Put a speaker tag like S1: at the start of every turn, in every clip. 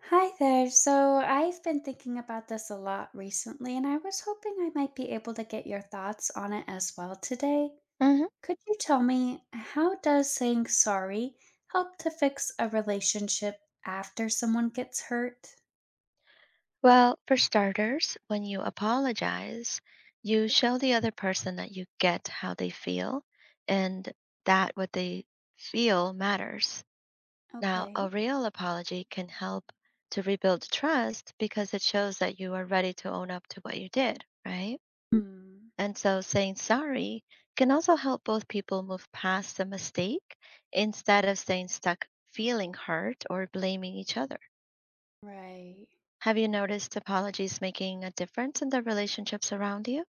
S1: Hi there. So I've been thinking about this a lot recently, and I was hoping I might be able to get your thoughts on it as well today.
S2: hmm
S1: Could you tell me, how does saying sorry help to fix a relationship after someone gets hurt?
S2: Well, for starters, when you apologize, you show the other person that you get how they feel and that what they feel matters. Now, a
S1: Okay.
S2: real apology can help to rebuild trust because it shows that you are ready to own up to what you did, right?
S1: Hmm.
S2: And so saying sorry can also help both people move past the mistake instead of staying stuck feeling hurt or blaming each other.
S1: Right.
S2: Have you noticed apologies making a difference in the relationships around you?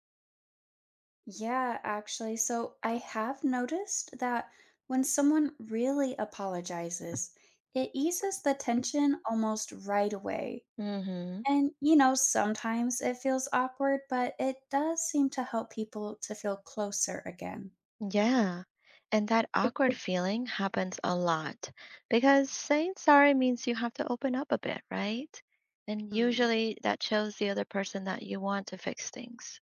S1: Yeah, actually. So I have noticed that when someone really apologizes, it eases the tension almost right away.
S2: Mm-hmm.
S1: And, you know, sometimes it feels awkward, but it does seem to help people to feel closer again.
S2: Yeah. And that awkward feeling happens a lot because saying sorry means you have to open up a bit, right? And
S1: Hmm.
S2: usually that shows the other person that you want to fix things.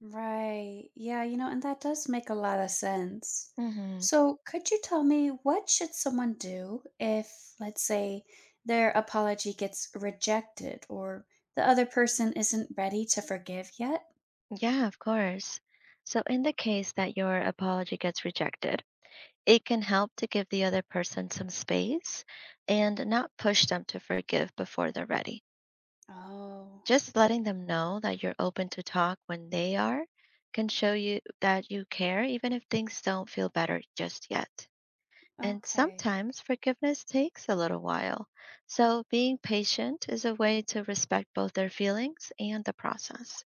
S1: Right. Yeah, you know, and that does make a lot of sense.
S2: Mm-hmm.
S1: So, could you tell me, what should someone do if, let's say, their apology gets rejected or the other person isn't ready to forgive yet?
S2: Yeah, of course. So, in the case that your apology gets rejected, it can help to give the other person some space and not push them to forgive before they're ready.
S1: Oh,
S2: Just letting them know that you're open to talk when they are can show you that you care, even if things don't feel better just yet. And
S1: okay.
S2: sometimes forgiveness takes a little while. So being patient is a way to respect both their feelings and the process.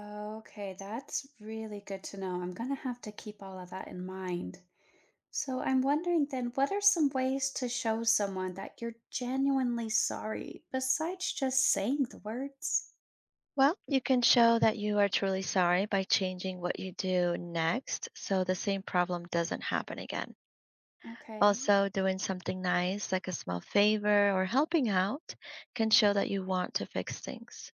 S1: Okay, that's really good to know. I'm gonna have to keep all of that in mind. So I'm wondering then, what are some ways to show someone that you're genuinely sorry besides just saying the words?
S2: Well, you can show that you are truly sorry by changing what you do next so the same problem doesn't happen again.
S1: Okay.
S2: Also, doing something nice like a small favor or helping out can show that you want to fix things.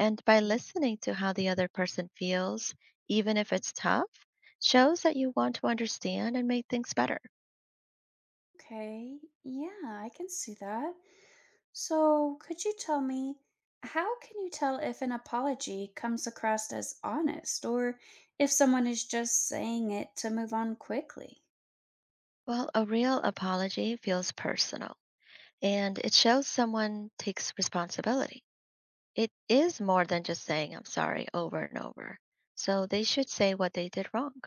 S2: And by listening to how the other person feels, even if it's tough, shows that you want to understand and make things better.
S1: Okay, yeah, I can see that. So could you tell me, how can you tell if an apology comes across as honest or if someone is just saying it to move on quickly?
S2: Well, a real apology feels personal and it shows someone takes responsibility. It is more than just saying I'm sorry over and over. So they should say what they did wrong.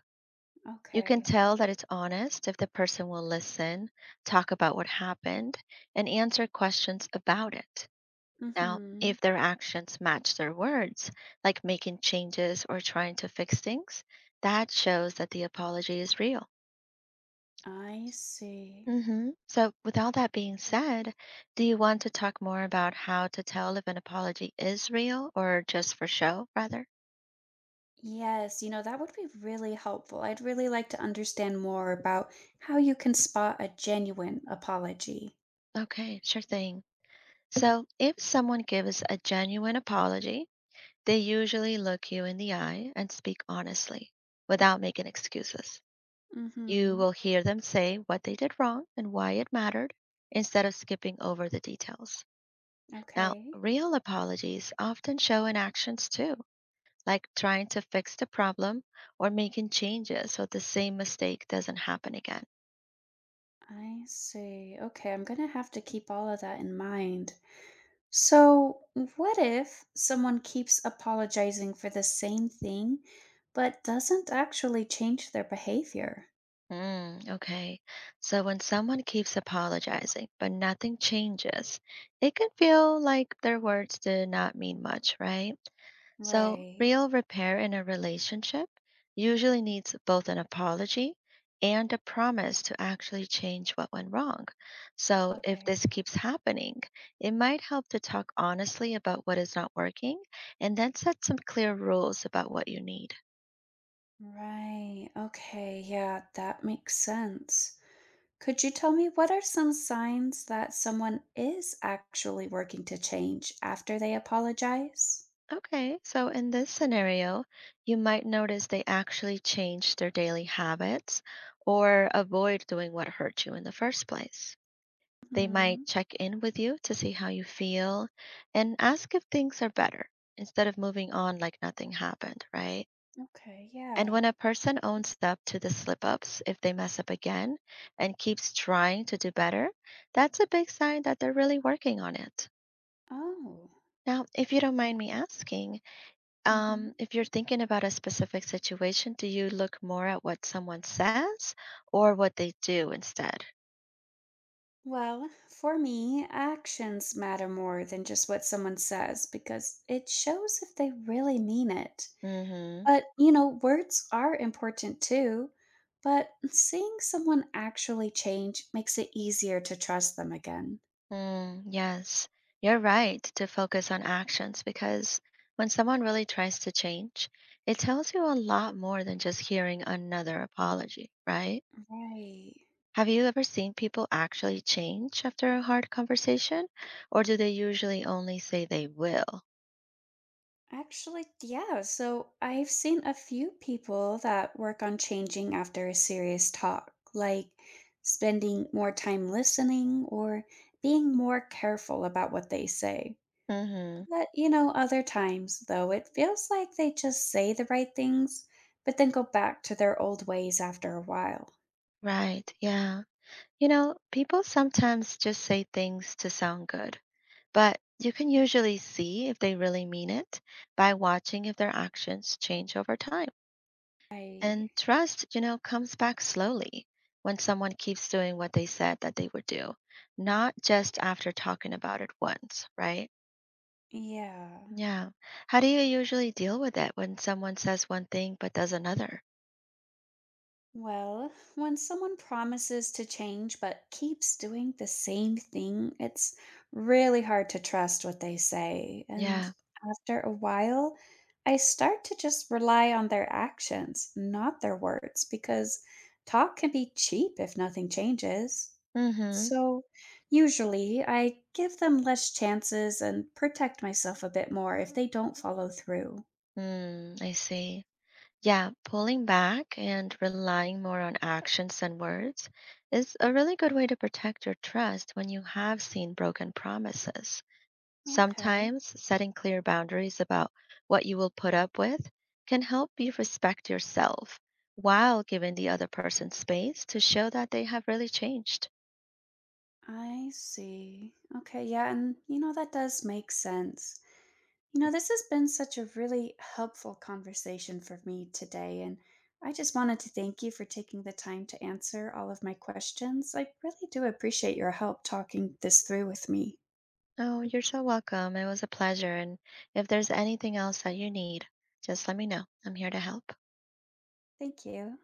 S2: You can
S1: Okay.
S2: tell that it's honest if the person will listen, talk about what happened, and answer questions about it. Now,
S1: Mhm.
S2: if their actions match their words, like making changes or trying to fix things, that shows that the apology is real.
S1: I see.
S2: So, with all that being said, do you want to talk more about how to tell if an apology is real or just for show, rather?
S1: Yes, you know, that would be really helpful. I'd really like to understand more about how you can spot a genuine apology.
S2: Okay, sure thing. So, if someone gives a genuine apology, they usually look you in the eye and speak honestly without making excuses. You
S1: Mm-hmm.
S2: will hear them say what they did wrong and why it mattered instead of skipping over the details. Now,
S1: Okay.
S2: real apologies often show in actions too, like trying to fix the problem or making changes so the same mistake doesn't happen again.
S1: I see. Okay, I'm gonna have to keep all of that in mind. So, what if someone keeps apologizing for the same thing, but doesn't actually change their behavior?
S2: Mm, okay. So when someone keeps apologizing, but nothing changes, it can feel like their words did not mean much, right? So
S1: Right.
S2: real repair in a relationship usually needs both an apology and a promise to actually change what went wrong. So if
S1: Okay.
S2: this keeps happening, it might help to talk honestly about what is not working and then set some clear rules about what you need.
S1: Right. Okay, yeah, that makes sense. Could you tell me, what are some signs that someone is actually working to change after they apologize?
S2: Okay, so in this scenario, you might notice they actually change their daily habits or avoid doing what hurt you in the first place. They might
S1: Hmm.
S2: check in with you to see how you feel and ask if things are better instead of moving on like nothing happened, right?
S1: Okay.
S2: And
S1: Yeah.
S2: when a person owns up to the slip ups, if they mess up again and keeps trying to do better, that's a big sign that they're really working on it.
S1: Oh.
S2: Now, if you don't mind me asking,
S1: Hmm.
S2: If you're thinking about a specific situation, do you look more at what someone says or what they do instead?
S1: Well, for me, actions matter more than just what someone says because it shows if they really mean it.
S2: Mm-hmm.
S1: But, you know, words are important too. But seeing someone actually change makes it easier to trust them again.
S2: Mm, yes, you're right to focus on actions because when someone really tries to change, it tells you a lot more than just hearing another apology, right?
S1: Right.
S2: Have you ever seen people actually change after a hard conversation, or do they usually only say they will?
S1: Actually, yeah. So I've seen a few people that work on changing after a serious talk, like spending more time listening or being more careful about what they say.
S2: Mm-hmm.
S1: But, you know, other times, though, it feels like they just say the right things, but then go back to their old ways after a while.
S2: Right, yeah. People sometimes just say things to sound good, but you can usually see if they really mean it by watching if their actions change over time.
S1: I,
S2: And trust comes back slowly when someone keeps doing what they said that they would do, not just after talking about it once, right?
S1: yeah.
S2: Yeah. How do you usually deal with it when someone says one thing but does another?
S1: Well, when someone promises to change but keeps doing the same thing, it's really hard to trust what they say. And
S2: Yeah.
S1: after a while, I start to just rely on their actions, not their words, because talk can be cheap if nothing changes.
S2: Mm-hmm.
S1: So, usually, I give them less chances and protect myself a bit more if they don't follow through.
S2: Mm, I see. Yeah, pulling back and relying more on actions than words is a really good way to protect your trust when you have seen broken promises.
S1: Okay.
S2: Sometimes setting clear boundaries about what you will put up with can help you respect yourself while giving the other person space to show that they have really changed.
S1: I see. Okay, yeah, and you know, that does make sense. You know, this has been such a really helpful conversation for me today, and I just wanted to thank you for taking the time to answer all of my questions. I really do appreciate your help talking this through with me.
S2: Oh, you're so welcome. It was a pleasure. And if there's anything else that you need, just let me know. I'm here to help.
S1: Thank you.